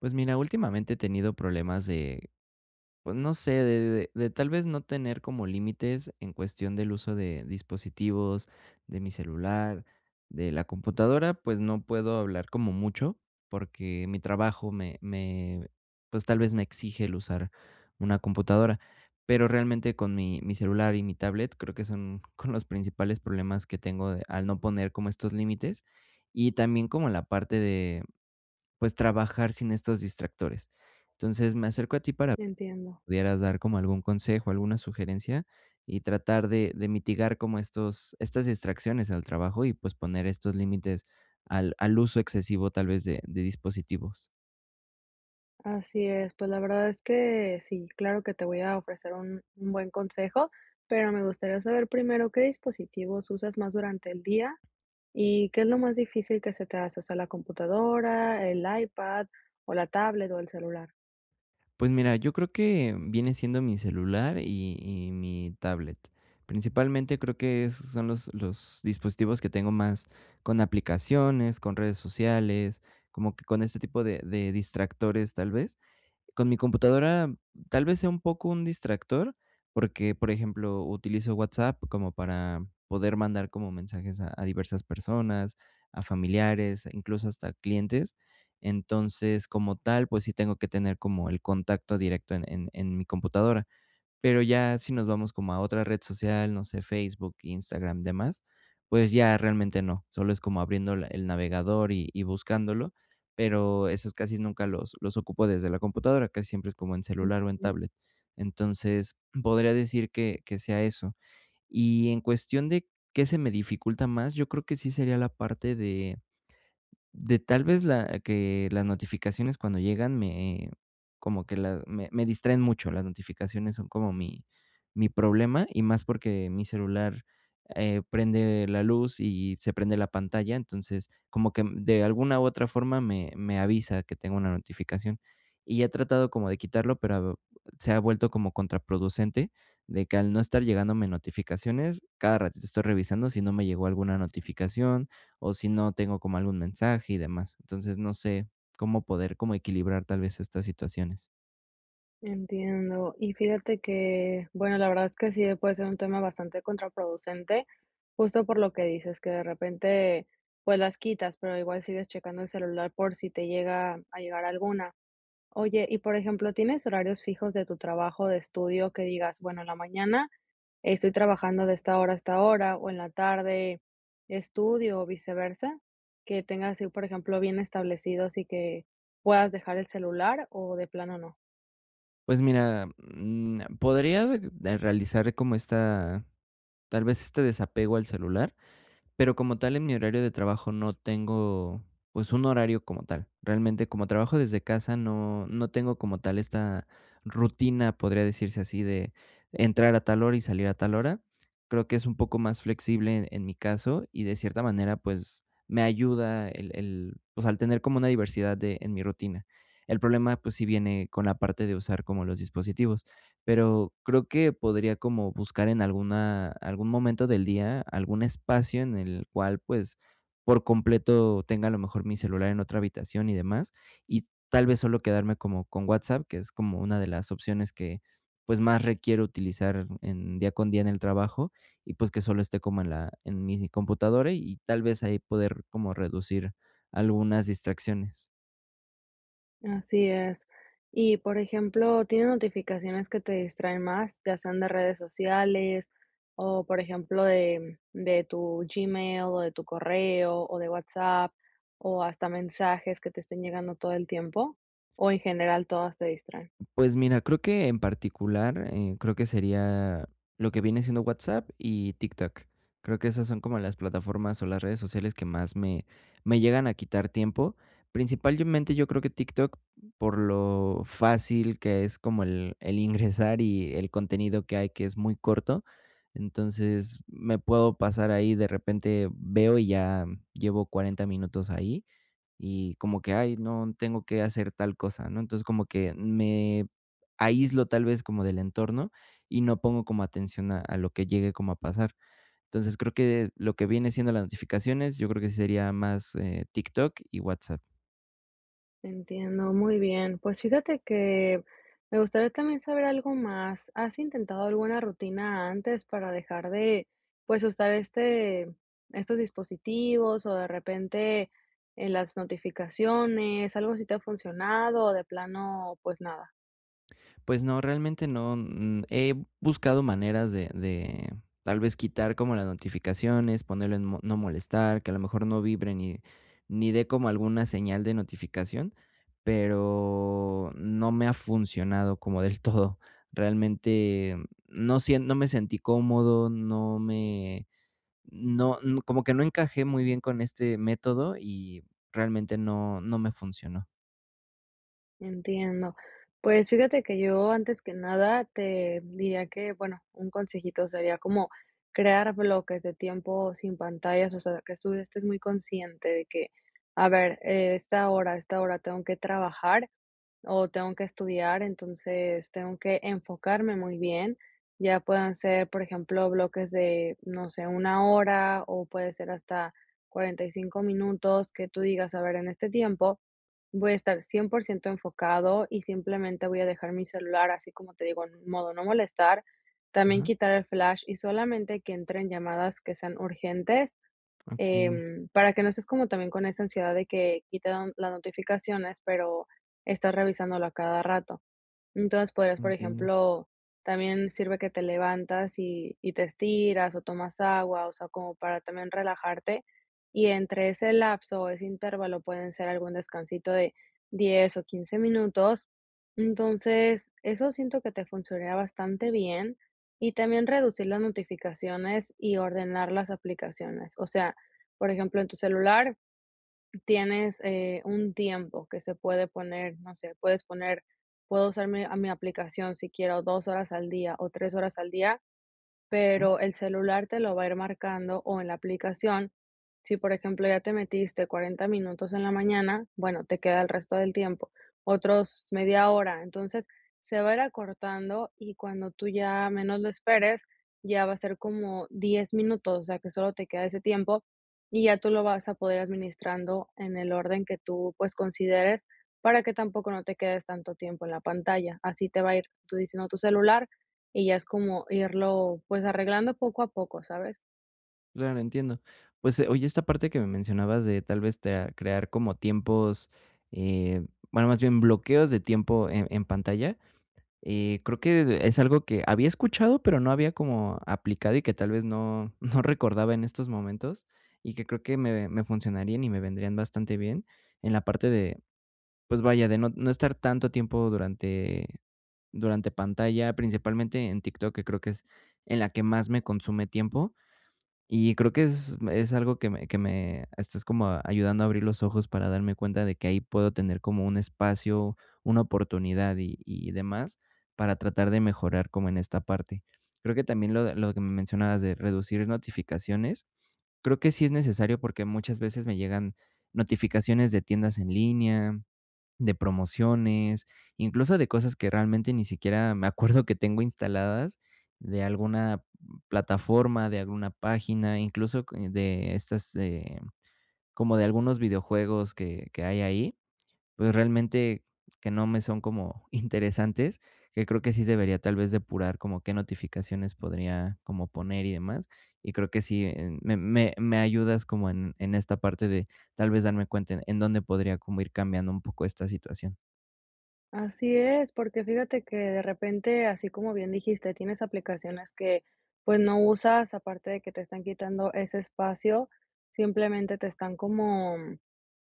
Pues mira, últimamente he tenido problemas de, pues no sé, de tal vez no tener como límites en cuestión del uso de dispositivos, de mi celular, de la computadora, pues no puedo hablar como mucho porque mi trabajo me, pues tal vez me exige el usar una computadora, pero realmente con mi celular y mi tablet creo que son con los principales problemas que tengo al no poner como estos límites y también como la parte pues trabajar sin estos distractores. Entonces, me acerco a ti para que Entiendo. pudieras dar como algún consejo, alguna sugerencia y tratar de mitigar como estos, estas distracciones al trabajo y pues poner estos límites al uso excesivo tal vez de dispositivos. Así es. Pues, la verdad es que sí, claro que te voy a ofrecer un buen consejo, pero me gustaría saber primero, ¿qué dispositivos usas más durante el día? ¿Y qué es lo más difícil que se te hace? O sea, ¿la computadora, el iPad o la tablet o el celular? Pues mira, yo creo que viene siendo mi celular y mi tablet. Principalmente creo que son los dispositivos que tengo más con aplicaciones, con redes sociales, como que con este tipo de distractores tal vez. Con mi computadora tal vez sea un poco un distractor, porque, por ejemplo, utilizo WhatsApp como para poder mandar como mensajes a diversas personas, a familiares, incluso hasta clientes. Entonces, como tal, pues sí tengo que tener como el contacto directo en mi computadora. Pero ya si nos vamos como a otra red social, no sé, Facebook, Instagram, demás, pues ya realmente no, solo es como abriendo la el navegador y buscándolo, pero esos casi nunca los ocupo desde la computadora, casi siempre es como en celular o en Ujú, tablet. Entonces, podría decir que sea eso. Y en cuestión de, ¿qué se me dificulta más? Yo creo que sí sería la parte de tal vez la que las notificaciones cuando llegan me como que la me distraen mucho, las notificaciones son como mi problema, y más porque mi celular, prende la luz y se prende la pantalla, entonces, como que de alguna u otra forma me avisa que tengo una notificación. Y he tratado como de quitarlo, pero se ha vuelto como contraproducente, de que al no estar llegándome notificaciones, cada ratito estoy revisando si no me llegó alguna notificación, o si no tengo como algún mensaje y demás. Entonces, no sé cómo poder como equilibrar tal vez estas situaciones. entiendo. Y fíjate que, bueno, la verdad es que sí puede ser un tema bastante contraproducente, justo por lo que dices, que de repente, pues, las quitas, pero igual sigues checando el celular por si te llega a llegar alguna. Oye, y por ejemplo, ¿tienes horarios fijos de tu trabajo, de estudio, que digas, bueno, en la mañana estoy trabajando de esta hora a esta hora, o en la tarde estudio, o viceversa? Que tengas así, por ejemplo, bien establecidos y que puedas dejar el celular o de plano no. Pues mira, podría de realizar como esta, tal vez este desapego al celular. Pero como tal, en mi horario de trabajo no tengo, pues, un horario como tal. Realmente, como trabajo desde casa, no tengo como tal esta rutina, podría decirse así, de entrar a tal hora y salir a tal hora. Creo que es un poco más flexible en mi caso y de cierta manera, pues, me ayuda el, pues, al tener como una diversidad de en mi rutina. El problema, pues, sí viene con la parte de usar como los dispositivos. Pero creo que podría como buscar en alguna algún momento del día, algún espacio en el cual, pues, por completo tenga a lo mejor mi celular en otra habitación y demás, y tal vez solo quedarme como con WhatsApp, que es como una de las opciones que, pues, más requiero utilizar en día con día en el trabajo, y pues que solo esté como en mi computadora y tal vez ahí poder como reducir algunas distracciones. Así es. Y, por ejemplo, ¿tienes notificaciones que te distraen más, ya sean de redes sociales o, por ejemplo, de tu Gmail o de tu correo o de WhatsApp o hasta mensajes que te estén llegando todo el tiempo? ¿O en general todas te distraen? Pues mira, creo que en particular, creo que sería lo que viene siendo WhatsApp y TikTok. Creo que esas son como las plataformas o las redes sociales que más me llegan a quitar tiempo. Principalmente yo creo que TikTok, por lo fácil que es como el ingresar y el contenido que hay, que es muy corto. Entonces me puedo pasar ahí, de repente veo y ya llevo 40 minutos ahí y como que, ay, no tengo que hacer tal cosa, ¿no? Entonces como que me aíslo tal vez como del entorno y no pongo como atención a lo que llegue como a pasar. Entonces creo que lo que viene siendo las notificaciones, yo creo que sí sería más TikTok y WhatsApp. Entiendo, muy bien. Pues fíjate que me gustaría también saber algo más. ¿Has intentado alguna rutina antes para dejar de, pues, usar este, estos dispositivos o de repente en las notificaciones? ¿Algo así te ha funcionado o de plano, pues nada? Pues no, realmente no, he buscado maneras de tal vez quitar como las notificaciones, ponerlo en mo no molestar, que a lo mejor no vibre ni dé como alguna señal de notificación, pero no me ha funcionado como del todo. Realmente no me sentí cómodo, no me no no, como que no encajé muy bien con este método y realmente no me funcionó. Entiendo. Pues fíjate que yo antes que nada te diría que, bueno, un consejito sería como crear bloques de tiempo sin pantallas, o sea, que tú estés muy consciente de que, a ver, esta hora tengo que trabajar o tengo que estudiar, entonces tengo que enfocarme muy bien. Ya puedan ser, por ejemplo, bloques de, no sé, una hora o puede ser hasta 45 minutos que tú digas, a ver, en este tiempo voy a estar 100 por ciento enfocado y simplemente voy a dejar mi celular, así como te digo, en modo no molestar, también Ajá, quitar el flash y solamente que entren llamadas que sean urgentes. okey, Para que no estés como también con esa ansiedad de que quitan las notificaciones, pero estás revisándolo a cada rato. Entonces, podrías, por entiendo. ejemplo, también sirve que te levantas y te estiras o tomas agua, o sea, como para también relajarte, y entre ese lapso o ese intervalo pueden ser algún descansito de 10 o 15 minutos. Entonces, eso siento que te funcionaría bastante bien, y también reducir las notificaciones y ordenar las aplicaciones. O sea, por ejemplo, en tu celular tienes, un tiempo que se puede poner, no sé, puedes poner, puedo usar mi, a mi aplicación si quiero 2 horas al día o 3 horas al día, pero el celular te lo va a ir marcando o en la aplicación. Si, por ejemplo, ya te metiste 40 minutos en la mañana, bueno, te queda el resto del tiempo, otros media hora. Entonces, se va a ir acortando y cuando tú ya menos lo esperes, ya va a ser como 10 minutos, o sea que solo te queda ese tiempo y ya tú lo vas a poder administrando en el orden que tú pues consideres para que tampoco no te quedes tanto tiempo en la pantalla. Así te va a ir tú diciendo tu celular y ya es como irlo, pues, arreglando poco a poco, ¿sabes? Claro, entiendo. Pues, oye, esta parte que me mencionabas de tal vez tea crear como tiempos, eh, bueno, más bien bloqueos de tiempo en pantalla, creo que es algo que había escuchado, pero no había como aplicado y que tal vez no no recordaba en estos momentos, y que creo que me funcionarían y me vendrían bastante bien en la parte de, pues vaya, de no estar tanto tiempo durante pantalla, principalmente en TikTok, que creo que es en la que más me consume tiempo. Y creo que es algo que me estás como ayudando a abrir los ojos para darme cuenta de que ahí puedo tener como un espacio, una oportunidad y demás para tratar de mejorar como en esta parte. Creo que también lo lo que me mencionabas de reducir notificaciones, creo que sí es necesario porque muchas veces me llegan notificaciones de tiendas en línea, de promociones, incluso de cosas que realmente ni siquiera me acuerdo que tengo instaladas, de alguna plataforma, de alguna página, incluso c de estas de como de algunos videojuegos que hay ahí, pues, realmente que no me son como interesantes, que creo que sí debería tal vez depurar como qué notificaciones podría como poner y demás. Y creo que sí, me ayudas como en esta parte de tal vez darme cuenta en dónde podría como ir cambiando un poco esta situación. Así es, porque fíjate que de repente, así como bien dijiste, tienes aplicaciones que, pues, no usas, aparte de que te están quitando ese espacio, simplemente te están como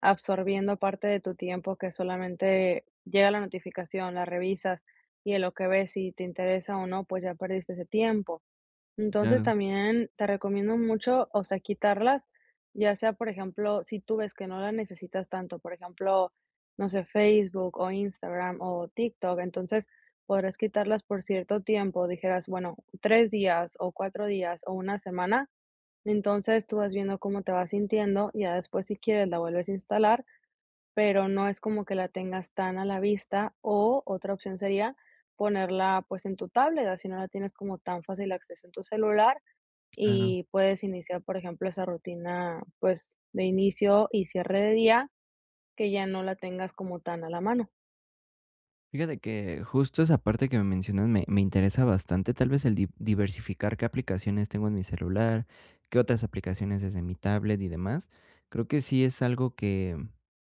absorbiendo parte de tu tiempo que solamente llega la notificación, la revisas y en lo que ves si te interesa o no, pues ya perdiste ese tiempo. Entonces, Claro, también te recomiendo mucho, o sea, quitarlas, ya sea, por ejemplo, si tú ves que no la necesitas tanto, por ejemplo, no sé, Facebook o Instagram o TikTok, entonces podrás quitarlas por cierto tiempo, dijeras, bueno, 3 días o 4 días o una semana, entonces tú vas viendo cómo te vas sintiendo, ya después si quieres la vuelves a instalar, pero no es como que la tengas tan a la vista o otra opción sería ponerla, pues, en tu tablet, así no la tienes como tan fácil acceso en tu celular claro. y puedes iniciar, por ejemplo, esa rutina, pues, de inicio y cierre de día, que ya no la tengas como tan a la mano. Fíjate que justo esa parte que me mencionas me interesa bastante, tal vez el diversificar qué aplicaciones tengo en mi celular, qué otras aplicaciones desde mi tablet y demás. Creo que sí es algo que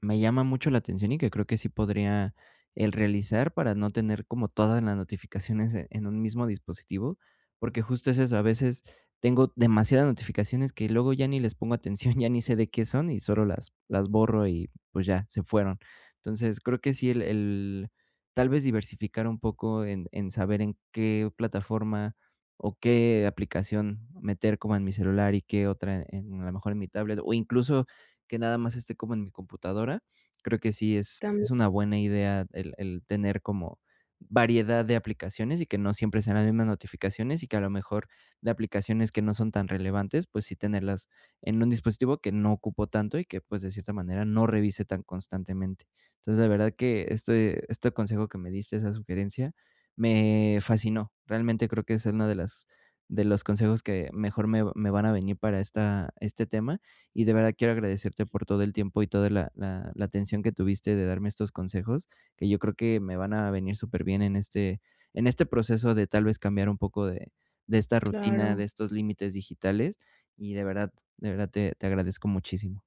me llama mucho la atención y que creo que sí podría el realizar para no tener como todas las notificaciones en un mismo dispositivo, porque justo es eso, a veces tengo demasiadas notificaciones que luego ya ni les pongo atención, ya ni sé de qué son y solo las borro y pues ya se fueron. Entonces creo que sí el tal vez diversificar un poco en saber en qué plataforma o qué aplicación meter como en mi celular y qué otra en a lo mejor en mi tablet, o incluso que nada más esté como en mi computadora. Creo que sí es También es una buena idea el tener como variedad de aplicaciones y que no siempre sean las mismas notificaciones y que a lo mejor de aplicaciones que no son tan relevantes, pues sí tenerlas en un dispositivo que no ocupo tanto y que, pues, de cierta manera no revise tan constantemente. Entonces, la verdad que este consejo que me diste, esa sugerencia, me fascinó. Realmente creo que es uno de las de los consejos que mejor me van a venir para esta este tema, y de verdad quiero agradecerte por todo el tiempo y toda la atención que tuviste de darme estos consejos, que yo creo que me van a venir súper bien en este proceso de tal vez cambiar un poco de esta rutina, de claro. estos límites digitales, y de verdad te agradezco muchísimo.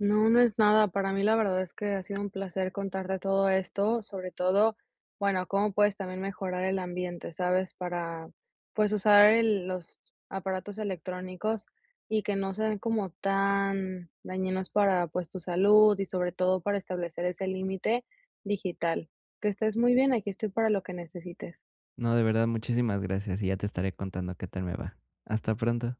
No, no es nada. Para mí la verdad es que ha sido un placer contarte todo esto, sobre todo, bueno, cómo puedes también mejorar el ambiente, ¿sabes? Para, pues, usar el- los aparatos electrónicos y que no sean como tan dañinos para, pues, tu salud y sobre todo para establecer ese límite digital. Que estés muy bien, aquí estoy para lo que necesites. No, de verdad, muchísimas gracias y ya te estaré contando qué tal me va. Hasta pronto.